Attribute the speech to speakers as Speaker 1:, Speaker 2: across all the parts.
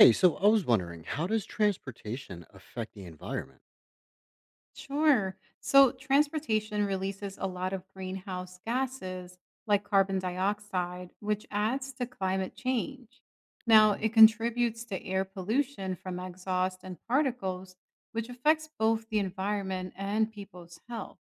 Speaker 1: Hey, so I was wondering, how does transportation affect the environment?
Speaker 2: Sure. So transportation releases a lot of greenhouse gases like carbon dioxide, which adds to climate change. Now,
Speaker 1: Oh,
Speaker 2: it contributes to air pollution from exhaust and particles, which affects both the environment and people's health.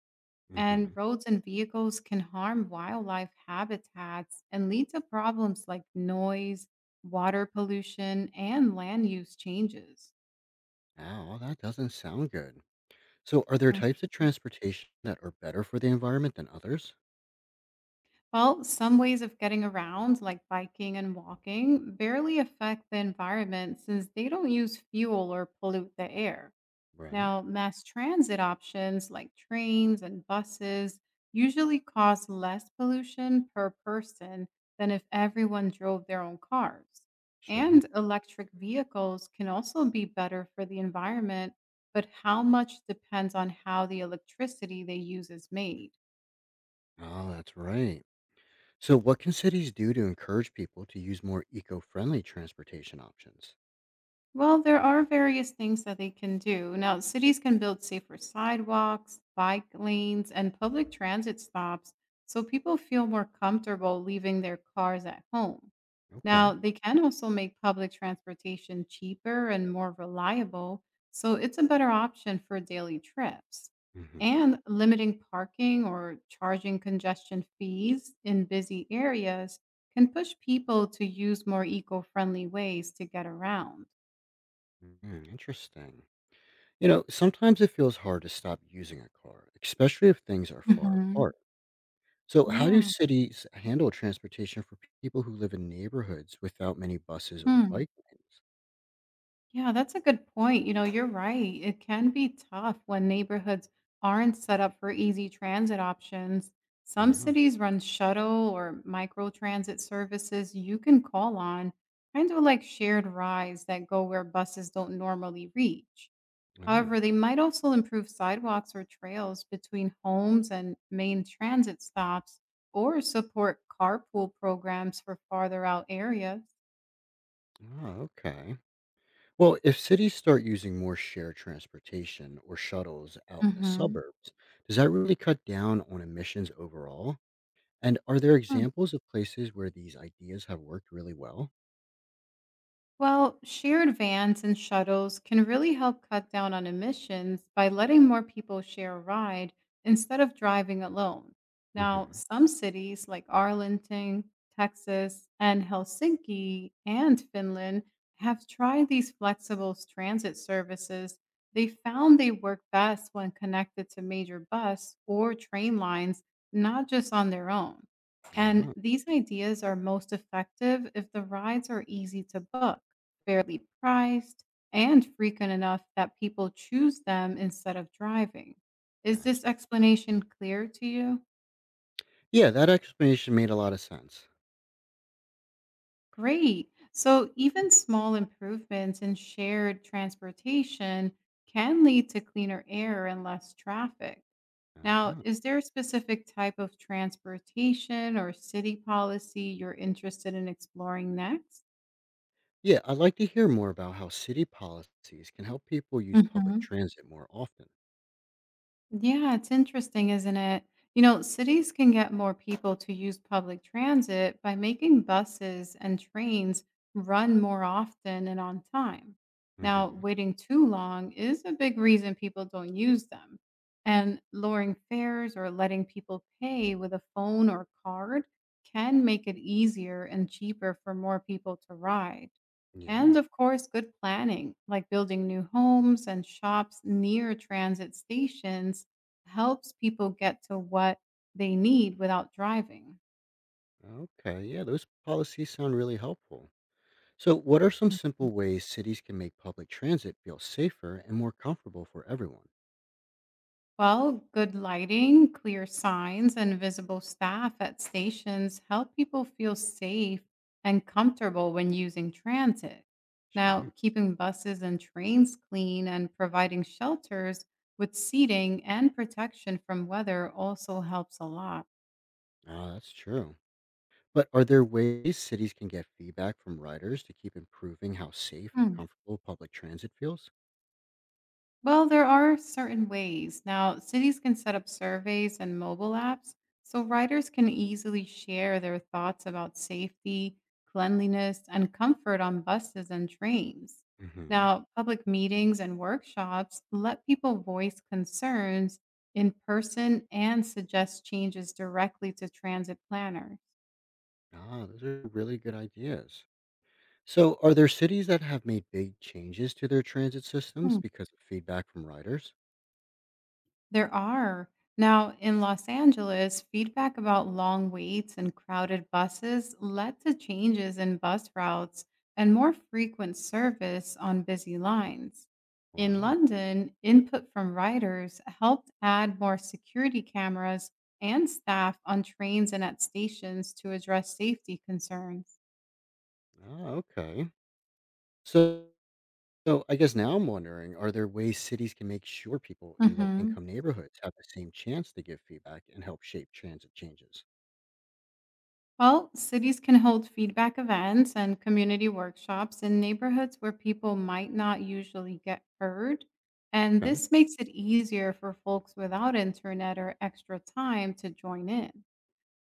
Speaker 2: And
Speaker 1: hmm.
Speaker 2: roads and vehicles can harm wildlife habitats and lead to problems like noise, water pollution, and land use changes.
Speaker 1: Oh, well, that doesn't sound good. So, are there types of
Speaker 2: Mhm.
Speaker 1: transportation that are better for the environment than others?
Speaker 2: Well, some ways of getting around, like biking and walking, barely affect the environment since they don't use fuel or pollute the air.
Speaker 1: Right.
Speaker 2: Now, mass transit options like trains and buses usually cause less pollution per person than if everyone drove their own cars.
Speaker 1: Sure.
Speaker 2: And electric vehicles can also be better for the environment, but how much depends on how the electricity they use is made.
Speaker 1: Oh, that's right. So, what can cities do to encourage people to use more eco-friendly transportation options?
Speaker 2: Well, there are various things that they can do. Now, cities can build safer sidewalks, bike lanes, and public transit stops so people feel more comfortable leaving their cars at home.
Speaker 1: Okay.
Speaker 2: Now, they can also make public transportation cheaper and more reliable, so it's a better option for daily trips.
Speaker 1: Mm-hmm.
Speaker 2: And limiting parking or charging congestion fees in busy areas can push people to use more eco friendly ways to get around.
Speaker 1: Interesting. You know, sometimes it feels hard to stop using a car, especially if things are far
Speaker 2: Mhm.
Speaker 1: apart. So, how do
Speaker 2: Yeah.
Speaker 1: cities handle transportation for people who live in neighborhoods without many buses or
Speaker 2: Hmm.
Speaker 1: bike
Speaker 2: Yeah, that's a good point. You know, you're right. It can be tough when neighborhoods aren't set up for easy transit options. Some
Speaker 1: lanes? Yeah.
Speaker 2: cities run shuttle or micro transit services you can call on, kind of like shared rides that go where buses don't normally reach.
Speaker 1: Oh,
Speaker 2: However, they might also improve sidewalks or trails between homes and main transit stops or support carpool programs for farther out areas.
Speaker 1: oh, okay. Well, if cities start using more shared transportation or shuttles out in the
Speaker 2: Mhm.
Speaker 1: suburbs, does that really cut down on emissions overall? And are there
Speaker 2: Hı
Speaker 1: examples of places where these ideas have worked really well?
Speaker 2: Well, shared vans and shuttles can really help cut down on emissions by letting more people share a ride instead of driving alone. Now,
Speaker 1: Mm-hmm.
Speaker 2: some cities like Arlington, Texas, and Helsinki and Finland have tried these flexible transit services. They found they work best when connected to major bus or train lines, not just on their own. And
Speaker 1: Oh,
Speaker 2: these ideas are most effective if the rides are easy to book, fairly priced, and frequent enough that people choose them instead of driving. Is this
Speaker 1: gotcha.
Speaker 2: explanation clear to you?
Speaker 1: Yeah, that explanation made a lot of sense.
Speaker 2: Great. So, even small improvements in shared transportation can lead to cleaner air and less traffic. Now,
Speaker 1: Oh.
Speaker 2: is there a specific type of transportation or city policy you're interested in exploring next?
Speaker 1: Yeah, I'd like to hear more about how city policies can help people use public
Speaker 2: Mhm.
Speaker 1: transit more often.
Speaker 2: Yeah, it's interesting, isn't it? You know, cities can get more people to use public transit by making buses and trains run more often and on time. Now,
Speaker 1: Hmm.
Speaker 2: waiting too long is a big reason people don't use them. And lowering fares or letting people pay with a phone or card can make it easier and cheaper for more people to ride.
Speaker 1: Yeah.
Speaker 2: And of course, good planning, like building new homes and shops near transit stations, helps people get to what they need without driving.
Speaker 1: Okay. Yeah, those policies sound really helpful. So, what are some simple
Speaker 2: Mhm.
Speaker 1: ways cities can make public transit feel safer and more comfortable for everyone?
Speaker 2: Well, good lighting, clear signs, and visible staff at stations help people feel safe and comfortable when using transit. Now,
Speaker 1: Sure.
Speaker 2: keeping buses and trains clean and providing shelters with seating and protection from weather also helps a lot.
Speaker 1: Ah, that's true. But are there ways cities can get feedback from riders to keep improving how safe and comfortable public transit feels?
Speaker 2: Well, there are certain ways. Now, cities can set up surveys and mobile apps so riders can easily share their thoughts about safety, cleanliness, and comfort on buses and trains.
Speaker 1: Hmm.
Speaker 2: Now, public meetings and workshops let people voice concerns in person and suggest changes directly to transit planners.
Speaker 1: Ah, those are really good ideas. So, are there cities that have made big changes to their transit systems because of feedback from riders?
Speaker 2: There are. Now, in Los Angeles, feedback about long waits and crowded buses led to changes in bus routes and more frequent service on busy lines. In
Speaker 1: Wow.
Speaker 2: London, input from riders helped add more security cameras and staff on trains and at stations to address safety concerns.
Speaker 1: Oh, okay. So, so, I guess now I'm wondering, are there ways cities can make sure people in
Speaker 2: Mhm.
Speaker 1: low-income neighborhoods have the same chance to give feedback and help shape transit changes?
Speaker 2: Well, cities can hold feedback events and community workshops in neighborhoods where people might not usually get heard. And
Speaker 1: Okay.
Speaker 2: this makes it easier for folks without internet or extra time to join in.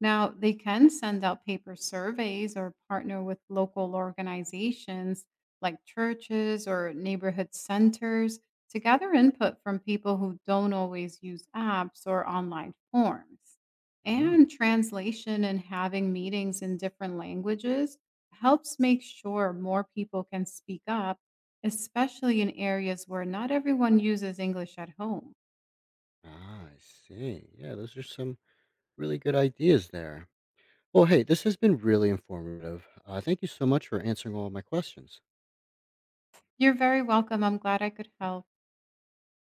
Speaker 2: Now, they can send out paper surveys or partner with local organizations like churches or neighborhood centers to gather input from people who don't always use apps or online forms. And
Speaker 1: Oh,
Speaker 2: translation and having meetings in different languages helps make sure more people can speak up, especially in areas where not everyone uses English at home.
Speaker 1: ah, I see. Yeah, those are some really good ideas there. Well, hey, this has been really informative. Thank you so much for answering all of my questions.
Speaker 2: You're very welcome. I'm glad I could help.